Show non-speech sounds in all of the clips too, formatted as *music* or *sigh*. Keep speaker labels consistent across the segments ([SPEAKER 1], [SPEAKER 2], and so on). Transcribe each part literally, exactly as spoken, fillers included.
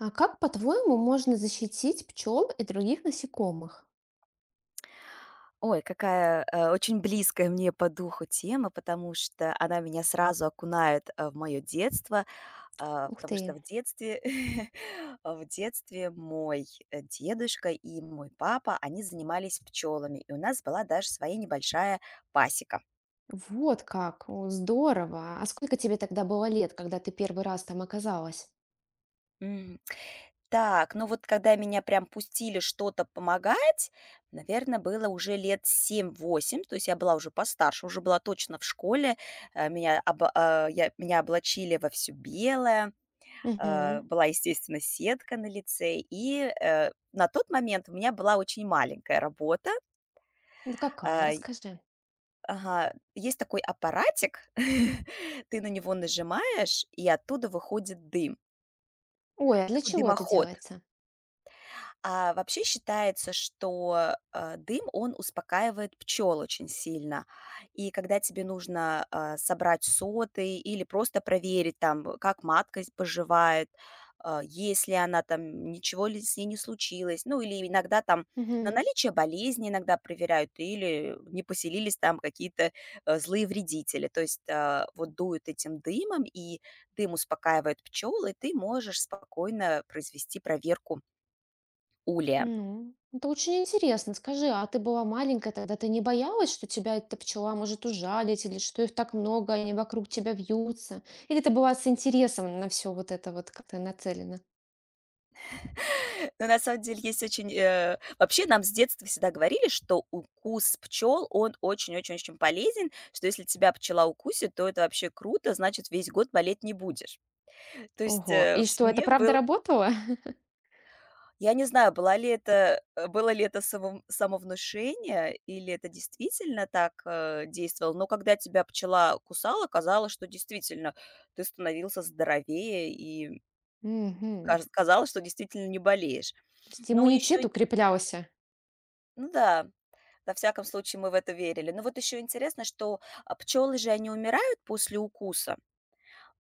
[SPEAKER 1] А как, по-твоему, можно защитить пчел и других насекомых?
[SPEAKER 2] Ой, какая, э, очень близкая мне по духу тема, потому что она меня сразу окунает, э, в моё детство, а,
[SPEAKER 1] Ух
[SPEAKER 2] потому что
[SPEAKER 1] ты,
[SPEAKER 2] в детстве *laughs* а, в детстве мой, э, дедушка и мой папа, они занимались пчелами, и у нас была даже своя небольшая пасека.
[SPEAKER 1] вот как, о, здорово. А сколько тебе тогда было лет, когда ты первый раз там оказалась?
[SPEAKER 2] Так, ну вот когда меня прям пустили что-то помогать, наверное, было уже лет семь-восемь, то есть я была уже постарше, уже была точно в школе. Э, меня об а, я меня облачили во все белое, э,
[SPEAKER 1] Угу.
[SPEAKER 2] была, естественно, сетка на лице. И, э, на тот момент у меня была очень маленькая работа.
[SPEAKER 1] Да какая,
[SPEAKER 2] А, й
[SPEAKER 1] расскажи.
[SPEAKER 2] ага, есть такой аппаратик, *laughs* ты на него нажимаешь, и оттуда выходит дым,
[SPEAKER 1] Ой, а для
[SPEAKER 2] такой
[SPEAKER 1] чего это
[SPEAKER 2] дымоход.
[SPEAKER 1] делается?
[SPEAKER 2] А вообще считается, что, э, дым, он успокаивает пчел очень сильно. И когда тебе нужно, а, собрать соты или просто проверить там, э, как матка с поживает, а, есть ли она там, ничего ли с ней не случилось. Ну, или иногда там на
[SPEAKER 1] Угу.
[SPEAKER 2] наличие болезни иногда проверяют, или не поселились там какие-то, э, злые вредители. То есть, а, вот дуют этим дымом, и дым успокаивает пчел, и ты можешь спокойно произвести проверку улья.
[SPEAKER 1] Ну, это очень интересно. Скажи, а ты была маленькая, тогда ты не боялась, что тебя эта пчела может ужалить, или что их так много, они вокруг тебя вьются? Или ты была с интересом на все вот это вот как-то нацелена?
[SPEAKER 2] Но на самом деле есть очень, э Вообще нам с детства всегда говорили, что укус пчел, он очень-очень-очень полезен, что если тебя пчела укусит, то это вообще круто, значит, весь год болеть не будешь. То есть,
[SPEAKER 1] Ого,
[SPEAKER 2] э,
[SPEAKER 1] и
[SPEAKER 2] в
[SPEAKER 1] что, это
[SPEAKER 2] семье
[SPEAKER 1] правда
[SPEAKER 2] был.
[SPEAKER 1] работало?
[SPEAKER 2] Я не знаю, была ли это э, было ли это само самовнушение или это действительно так, э, действовало, но когда тебя пчела кусала, казалось, что действительно ты становился здоровее и
[SPEAKER 1] Мгм.
[SPEAKER 2] каж казалось, что действительно не болеешь.
[SPEAKER 1] То есть
[SPEAKER 2] Но
[SPEAKER 1] иммунитет
[SPEAKER 2] еще.
[SPEAKER 1] укреплялся.
[SPEAKER 2] Ну да. Во всяком случае, мы в это верили. Но вот еще интересно, что а, пчелы же, они умирают после укуса,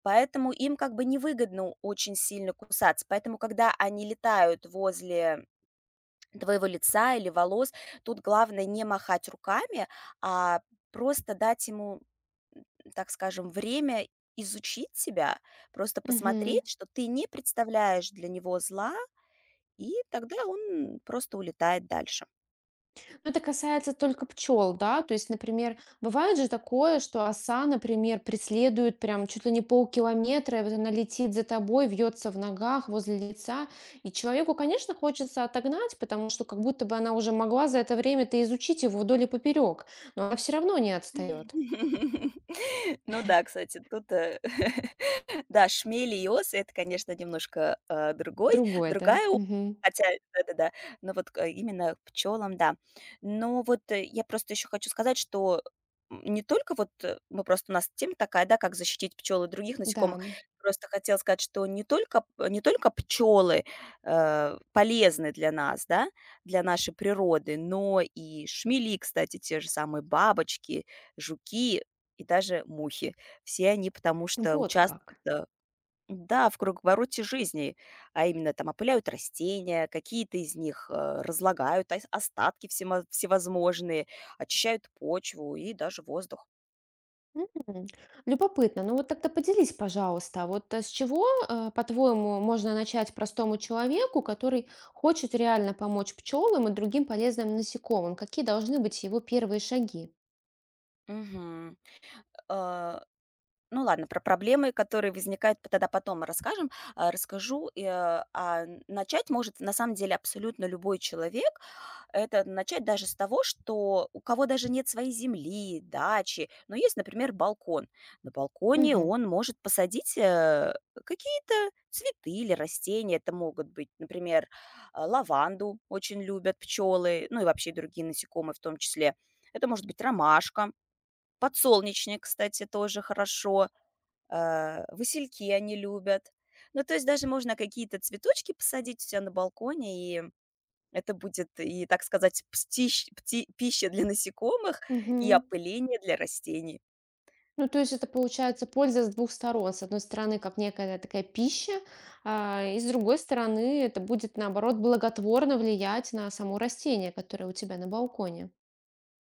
[SPEAKER 2] поэтому им как бы невыгодно очень сильно кусаться. Поэтому, когда они летают возле твоего лица или волос, тут главное не махать руками, а просто дать ему, м, так скажем, время изучить тебя, просто
[SPEAKER 1] Мгм.
[SPEAKER 2] посмотреть, что ты не представляешь для него зла, и тогда он просто улетает дальше.
[SPEAKER 1] Но это касается только пчел, да? То есть, например, бывает же такое, что оса, например, преследует прям чуть ли не полкилометра, и вот она летит за тобой, вьется в ногах, возле лица. И человеку, конечно, хочется отогнать, потому что как будто бы она уже могла за это время-то изучить его вдоль и поперек, но она все равно не отстает.
[SPEAKER 2] *laughs* Ну да, кстати, тут, э, *laughs* да, шмели и осы — это, конечно, немножко, а, другой
[SPEAKER 1] Другой, да?
[SPEAKER 2] другая о
[SPEAKER 1] Мгм.
[SPEAKER 2] хотя, да-да-да, но вот к именно к пчелам, да. Но вот, э, я просто еще хочу сказать, что, м, не только вот, э, мы просто у нас тема такая, да, как защитить пчел и других
[SPEAKER 1] Да.
[SPEAKER 2] насекомых. Просто хотела сказать, что не только п не только пчелы, э, полезны для нас, да, для нашей природы, но и шмели, кстати, те же самые, бабочки, жуки и даже мухи. Все они потому что
[SPEAKER 1] Вот
[SPEAKER 2] участвуют,
[SPEAKER 1] как.
[SPEAKER 2] э, да, в круговороте жизни, а именно там опыляют растения, какие-то из них, э, разлагают ос остатки всемо всевозможные, очищают почву и даже воздух.
[SPEAKER 1] М, любопытно. Ну вот тогда поделись, пожалуйста, а вот э, с чего, э, по-твоему, можно начать простому человеку, который хочет реально помочь пчелам и другим полезным насекомым? Какие должны быть его первые шаги?
[SPEAKER 2] Мгм. А, ну ладно, про проблемы, которые возникают, п тогда потом расскажем. А, расскажу, э, а, начать может на самом деле абсолютно любой человек. Это начать даже с того, что у кого даже нет своей земли, дачи, но есть, например, балкон. На балконе
[SPEAKER 1] Мгм.
[SPEAKER 2] он может посадить э, какие-то цветы или растения. Это могут быть, например, а, лаванду очень любят пчелы, ну и вообще другие насекомые в том числе. Это может быть ромашка, подсолнечник, кстати, тоже хорошо. э, Васильки они любят. Ну, то есть даже можно какие-то цветочки посадить у себя на балконе, и это будет и, так сказать, птищ пти пища для насекомых и
[SPEAKER 1] Мгм.
[SPEAKER 2] опыление для растений.
[SPEAKER 1] Ну, то есть это получается польза с двух сторон. С одной стороны, как некая такая пища, а, и с другой стороны, это будет, наоборот, благотворно влиять на само растение, которое у тебя на балконе.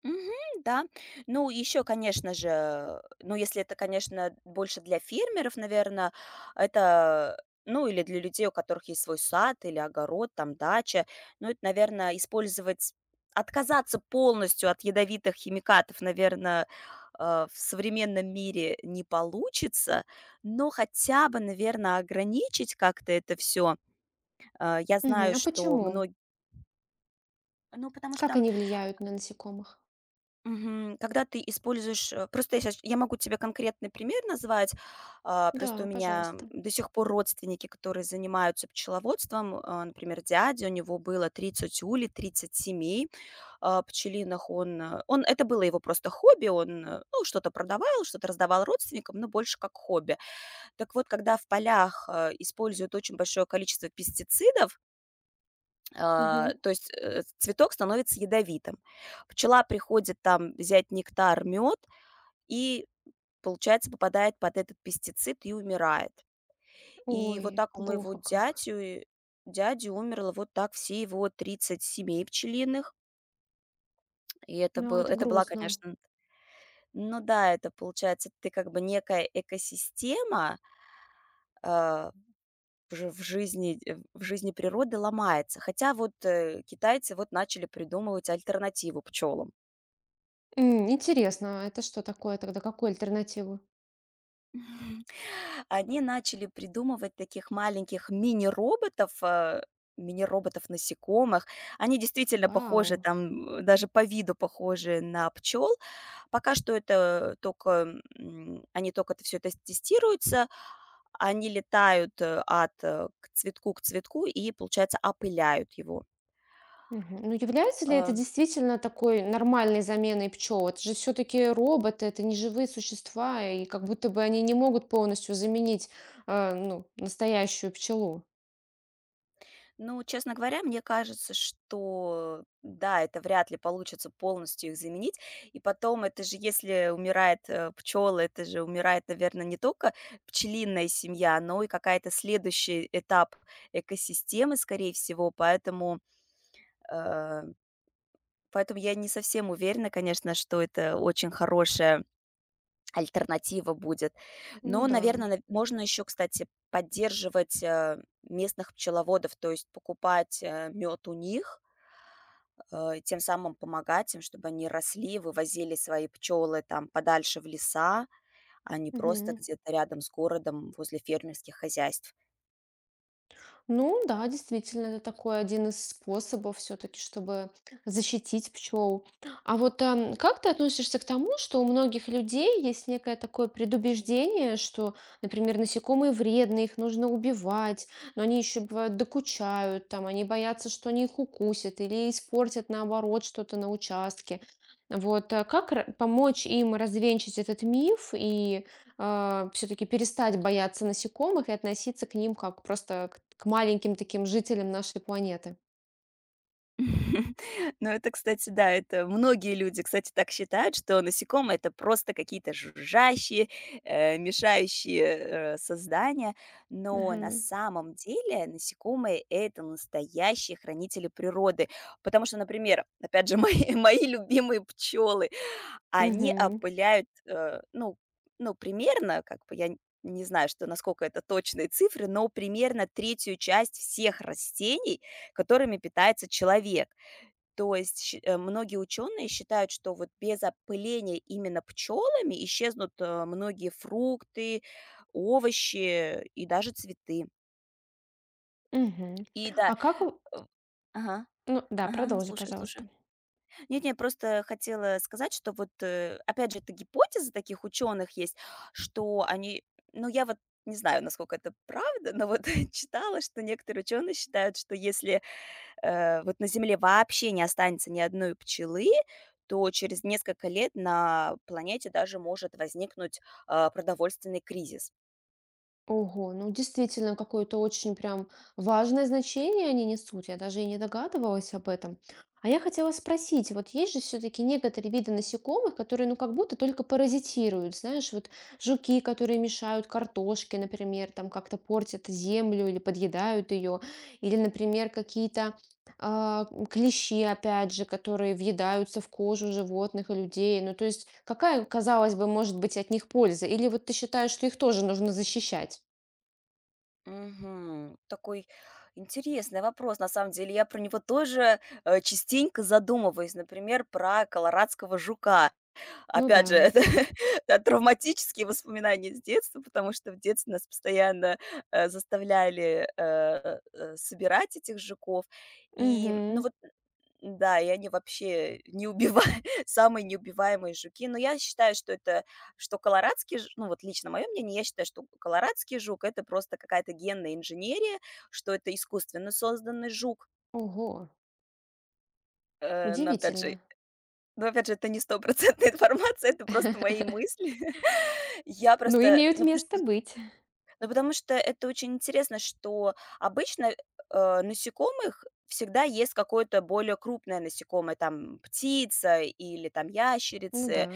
[SPEAKER 2] Мгм, да. Ну, еще, конечно же, ну, если это, конечно, больше для фермеров, наверно, это, ну, или для людей, у которых есть свой сад или огород, там, дача. Ну, это, наверно, использовать отказаться полностью от ядовитых химикатов, наверно, э, в современном мире не получится, но хотя бы, наверно, ограничить как-то это все. Э, я
[SPEAKER 1] Мгм.
[SPEAKER 2] знаю,
[SPEAKER 1] А
[SPEAKER 2] что
[SPEAKER 1] почему?
[SPEAKER 2] многие. Ну, потому
[SPEAKER 1] Как
[SPEAKER 2] что,
[SPEAKER 1] они влияют на насекомых?
[SPEAKER 2] мгм, когда ты используешь, э, просто я щас я могу тебе конкретный пример назвать. А, просто у
[SPEAKER 1] Да,
[SPEAKER 2] меня
[SPEAKER 1] пожалуйста.
[SPEAKER 2] до сих пор родственники, которые занимаются пчеловодством. А, например, дядя, у него было тридцать улей, тридцать семей, а, пчелиных. Он, э, он это было его просто хобби. Он, э, ну, что-то продавал, что-то раздавал родственникам, но больше как хобби. Так вот, когда в полях, э, используют очень большое количество пестицидов, А,
[SPEAKER 1] Мгм.
[SPEAKER 2] то есть, э, цветок становится ядовитым. Пчела приходит там взять нектар, мед и, получается, попадает под этот пестицид и умирает. И вот
[SPEAKER 1] Ой,
[SPEAKER 2] так у моего
[SPEAKER 1] плохо как.
[SPEAKER 2] дядю дяди умерло вот так все его тридцать семей пчелиных. И это
[SPEAKER 1] Ну,
[SPEAKER 2] был
[SPEAKER 1] это
[SPEAKER 2] это была,
[SPEAKER 1] грустно.
[SPEAKER 2] конечно. Ну да, это получается, ты как бы некая экосистема, а, в жи в жизни э, в жизни природы ломается. Хотя вот, э, китайцы вот начали придумывать альтернативу пчелам.
[SPEAKER 1] М, интересно, а это что такое тогда? Какую альтернативу?
[SPEAKER 2] Мгм. Они начали придумывать таких маленьких мини-роботов, э, мини-роботов-насекомых. Они действительно похожи,
[SPEAKER 1] Вау.
[SPEAKER 2] там, э, даже по виду похожи на пчел. Пока что это только, м, они только это всё это тестируются. Они летают, э, от, э, к цветку к цветку и, получается, опыляют его.
[SPEAKER 1] Мгм. Ну, является ли
[SPEAKER 2] Э
[SPEAKER 1] это действительно такой нормальной заменой пчел? Это же все-таки роботы, это не живые существа, и как будто бы они не могут полностью заменить, э, ну, настоящую пчелу.
[SPEAKER 2] Ну, честно говоря, мне кажется, что да, это вряд ли получится полностью их заменить. И потом, это же, если умирает пчела, это же умирает, наверное, не только пчелиная семья, но и какая-то следующий этап экосистемы, скорее всего. Поэтому, э, поэтому я не совсем уверена, конечно, что это очень хорошая альтернатива будет.
[SPEAKER 1] Ну
[SPEAKER 2] Но,
[SPEAKER 1] да.
[SPEAKER 2] наверное, можно еще, кстати, поддерживать э, местных пчеловодов, то есть покупать мед у них, э, тем самым помогать им, чтобы они росли, вывозили свои пчелы там подальше в леса, а не просто
[SPEAKER 1] Мгм.
[SPEAKER 2] где-то рядом с городом возле фермерских хозяйств.
[SPEAKER 1] Ну да, действительно, это такой один из способов все-таки, чтобы защитить пчел. А вот эм, как ты относишься к тому, что у многих людей есть некое такое предубеждение, что, например, насекомые вредны, их нужно убивать, но они еще бывают докучают, там, они боятся, что они их укусят или испортят, наоборот, что-то на участке. Вот, а как ра- помочь им развенчать этот миф и все-таки перестать бояться насекомых и относиться к ним как просто к, к маленьким таким жителям нашей планеты.
[SPEAKER 2] *laughs* Ну, это, кстати, да, это многие люди, кстати, так считают, что насекомые это просто какие-то жужжащие, э, мешающие э, создания, но на
[SPEAKER 1] Ага.
[SPEAKER 2] самом деле насекомые это настоящие хранители природы, потому что, например, опять же, *laughs* мои, мои любимые пчелы. Они
[SPEAKER 1] Мгм.
[SPEAKER 2] опыляют, э, ну ну, примерно, как бы я н не знаю, что насколько это точные цифры, но примерно третью часть всех растений, которыми питается человек. То есть щи э, многие ученые считают, что вот без опыления именно пчелами исчезнут, э, многие фрукты, овощи и даже цветы.
[SPEAKER 1] Мгм.
[SPEAKER 2] И да.
[SPEAKER 1] А как... у-
[SPEAKER 2] э Ага,
[SPEAKER 1] Ну да,
[SPEAKER 2] ага,
[SPEAKER 1] продолжи,
[SPEAKER 2] слушаю слушаю.
[SPEAKER 1] пожалуйста.
[SPEAKER 2] Нет, я просто хотела сказать, что вот, э, опять же, это гипотеза таких ученых есть, что они, ну, я вот не знаю, насколько это правда, но вот *laughs* читала, что некоторые ученые считают, что если э, вот на Земле вообще не останется ни одной пчелы, то через несколько лет на планете даже может возникнуть э, продовольственный кризис.
[SPEAKER 1] Ого, ну действительно какое-то очень прям важное значение они несут. Я даже и не догадывалась об этом. А я хотела спросить, вот есть же все-таки некоторые виды насекомых, которые ну как будто только паразитируют, знаешь, вот жуки, которые мешают картошке, например, там как-то портят землю или подъедают ее, или, например, какие-то а, клещи, опять же, которые въедаются в кожу животных и людей. Ну, то есть, какая, казалось бы, может быть от них польза? Или вот ты считаешь, что их тоже нужно защищать?
[SPEAKER 2] Мгм. Такой интересный вопрос, на самом деле. Я про него тоже э, частенько задумываюсь, например, про колорадского жука.
[SPEAKER 1] Ну да.
[SPEAKER 2] Опять же, *laughs* это да, травматические воспоминания с детства, потому что в детстве нас постоянно, э, заставляли, э, э, собирать этих жуков. И, ну
[SPEAKER 1] Мгм.
[SPEAKER 2] вот, да, и они вообще не неубива *laughs* самые неубиваемые жуки. Но я считаю, что это, что колорадский ж ну, вот лично мое мнение, я считаю, что колорадский жук — это просто какая-то генная инженерия, что это искусственно созданный жук.
[SPEAKER 1] Ого,
[SPEAKER 2] Э, но опять же,
[SPEAKER 1] удивительно.
[SPEAKER 2] но опять же, это не стопроцентная *laughs* информация, это просто мои мысли. *laughs* Я
[SPEAKER 1] Ну
[SPEAKER 2] просто,
[SPEAKER 1] имеют
[SPEAKER 2] ну, потому
[SPEAKER 1] место
[SPEAKER 2] что
[SPEAKER 1] быть.
[SPEAKER 2] ну, потому что это очень интересно, что обычно, э, насекомых всегда есть какое-то более крупное насекомое, там птица или там
[SPEAKER 1] Ну да.
[SPEAKER 2] ящерицы,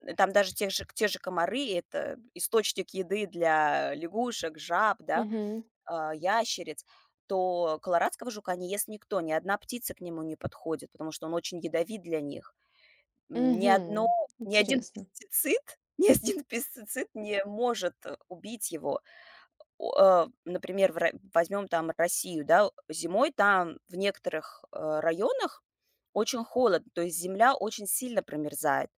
[SPEAKER 2] э, там даже те же те же комары — это источник еды для лягушек, жаб, да,
[SPEAKER 1] Мгм.
[SPEAKER 2] а, ящериц. То колорадского жука не ест никто, ни одна птица к нему не подходит, потому что он очень ядовит для них. М, ни одно
[SPEAKER 1] Мгм.
[SPEAKER 2] ни один
[SPEAKER 1] Интересно.
[SPEAKER 2] пестицид *laughs* ни один пестицид не может, э, убить его. О, э, например, в Ро возьмем там Россию, да, зимой там в некоторых, э, районах очень холодно, то есть земля очень сильно промерзает,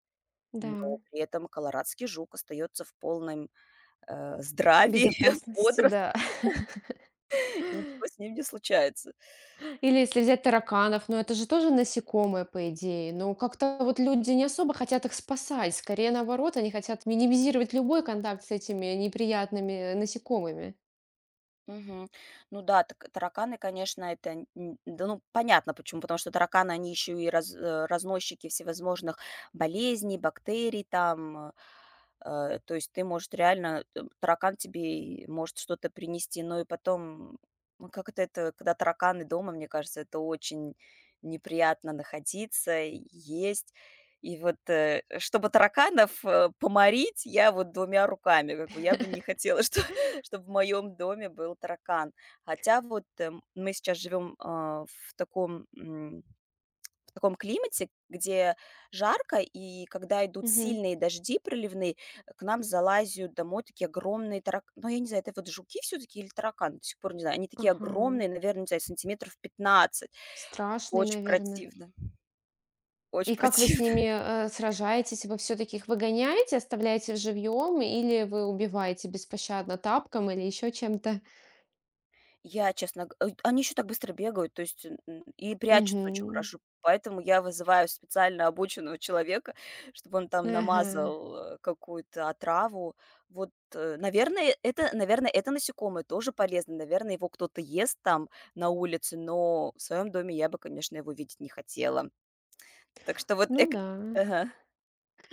[SPEAKER 1] Да.
[SPEAKER 2] но при этом колорадский жук остается в полном, э, здравии, *laughs*
[SPEAKER 1] Безопасности, да.
[SPEAKER 2] бодрствовании,
[SPEAKER 1] *laughs*
[SPEAKER 2] ничего с ним не случается.
[SPEAKER 1] Или если взять тараканов, ну это же тоже насекомые, по идее. Но как-то вот люди не особо хотят их спасать. Скорее наоборот, они хотят минимизировать любой контакт с этими неприятными насекомыми.
[SPEAKER 2] Мгм. Ну да, так тараканы, конечно, это, н н да, ну, понятно почему. Потому что тараканы, они еще и раз э, разносчики всевозможных болезней, бактерий там. Э, то есть ты, может, реально, э, таракан тебе и может что-то принести. Но и потом, ну, как-то это, когда тараканы дома, мне кажется, это очень неприятно находиться, и есть. И вот, э, чтобы тараканов, э, поморить, я вот двумя руками, как бы я бы не хотела, *laughs* чтоб чтобы в моем доме был таракан. Хотя вот, эм, мы сейчас живем, а, в таком, м, в таком климате, где жарко, и когда идут
[SPEAKER 1] Мгм.
[SPEAKER 2] сильные дожди проливные, к нам залазят домой такие огромные тарак ну, я не знаю, это вот жуки все-таки или тараканы, до сих пор не знаю. Они такие
[SPEAKER 1] Ага.
[SPEAKER 2] огромные, наверное, не знаю, сантиметров пятнадцать.
[SPEAKER 1] Страшный,
[SPEAKER 2] Очень
[SPEAKER 1] наверное.
[SPEAKER 2] противно, очень
[SPEAKER 1] И как вы с ними,
[SPEAKER 2] противно.
[SPEAKER 1] э, сражаетесь? Вы все таки их выгоняете, оставляете живьем, или вы убиваете беспощадно тапком или еще чем-то?
[SPEAKER 2] Я, честно г э, они еще так быстро бегают, то есть, н н и прячутся очень
[SPEAKER 1] Мгм.
[SPEAKER 2] хорошо, поэтому я вызываю специально обученного человека, чтобы он там
[SPEAKER 1] Ага.
[SPEAKER 2] намазал, э, какую-то отраву. Вот, э, наверное, это наверное, это насекомое тоже полезно, наверное, его кто-то ест там на улице, но в своем доме я бы, конечно, его видеть не хотела. Так что вот
[SPEAKER 1] Ну
[SPEAKER 2] эк
[SPEAKER 1] да.
[SPEAKER 2] Ага,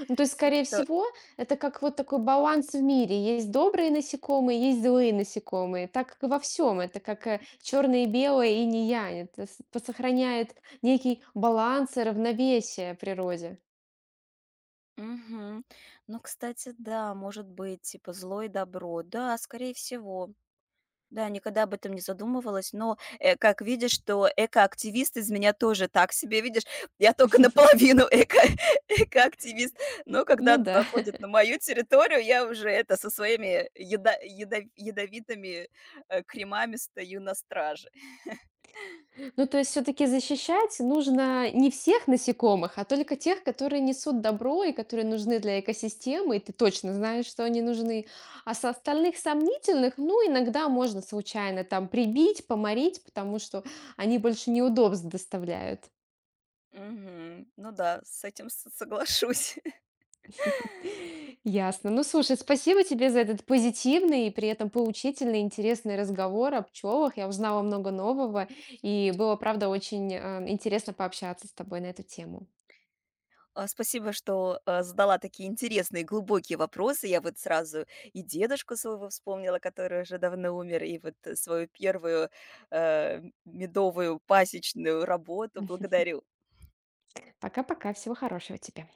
[SPEAKER 1] Ну, то есть,
[SPEAKER 2] так
[SPEAKER 1] скорее
[SPEAKER 2] что.
[SPEAKER 1] всего, это как вот такой баланс в мире. Есть добрые насекомые, есть злые насекомые. Так как и во всем. Это как, черное и белое, и не я это с сохраняет некий баланс и равновесие в природе.
[SPEAKER 2] Мгм. Ну, кстати, да, может быть, типа зло и добро. Да, скорее всего. Да, никогда об этом не задумывалась, но, э, как видишь, что экоактивист из меня тоже так себе. Видишь, я только наполовину эко *laughs* экоактивист, но
[SPEAKER 1] Ну
[SPEAKER 2] когда
[SPEAKER 1] да.
[SPEAKER 2] заходит на мою территорию, я уже это со своими яда ядов ядовитыми, э, кремами стою на страже.
[SPEAKER 1] Ну, то есть все-таки защищать нужно не всех насекомых, а только тех, которые несут добро и которые нужны для экосистемы, и ты точно знаешь, что они нужны. А с остальных сомнительных, ну, иногда можно случайно там прибить, поморить, потому что они больше неудобств доставляют.
[SPEAKER 2] Мгм. Ну да, с этим с соглашусь.
[SPEAKER 1] *laughs* Ясно. Ну, слушай, спасибо тебе за этот позитивный и при этом поучительный, интересный разговор о пчелах. Я узнала много нового, и было, правда, очень э, интересно пообщаться с тобой на эту тему.
[SPEAKER 2] А, спасибо, что, а, задала такие интересные, глубокие вопросы. Я вот сразу и дедушку своего вспомнила, который уже давно умер, и вот э, свою первую, э, медовую пасечную работу. Благодарю
[SPEAKER 1] Пока-пока, всего хорошего тебе.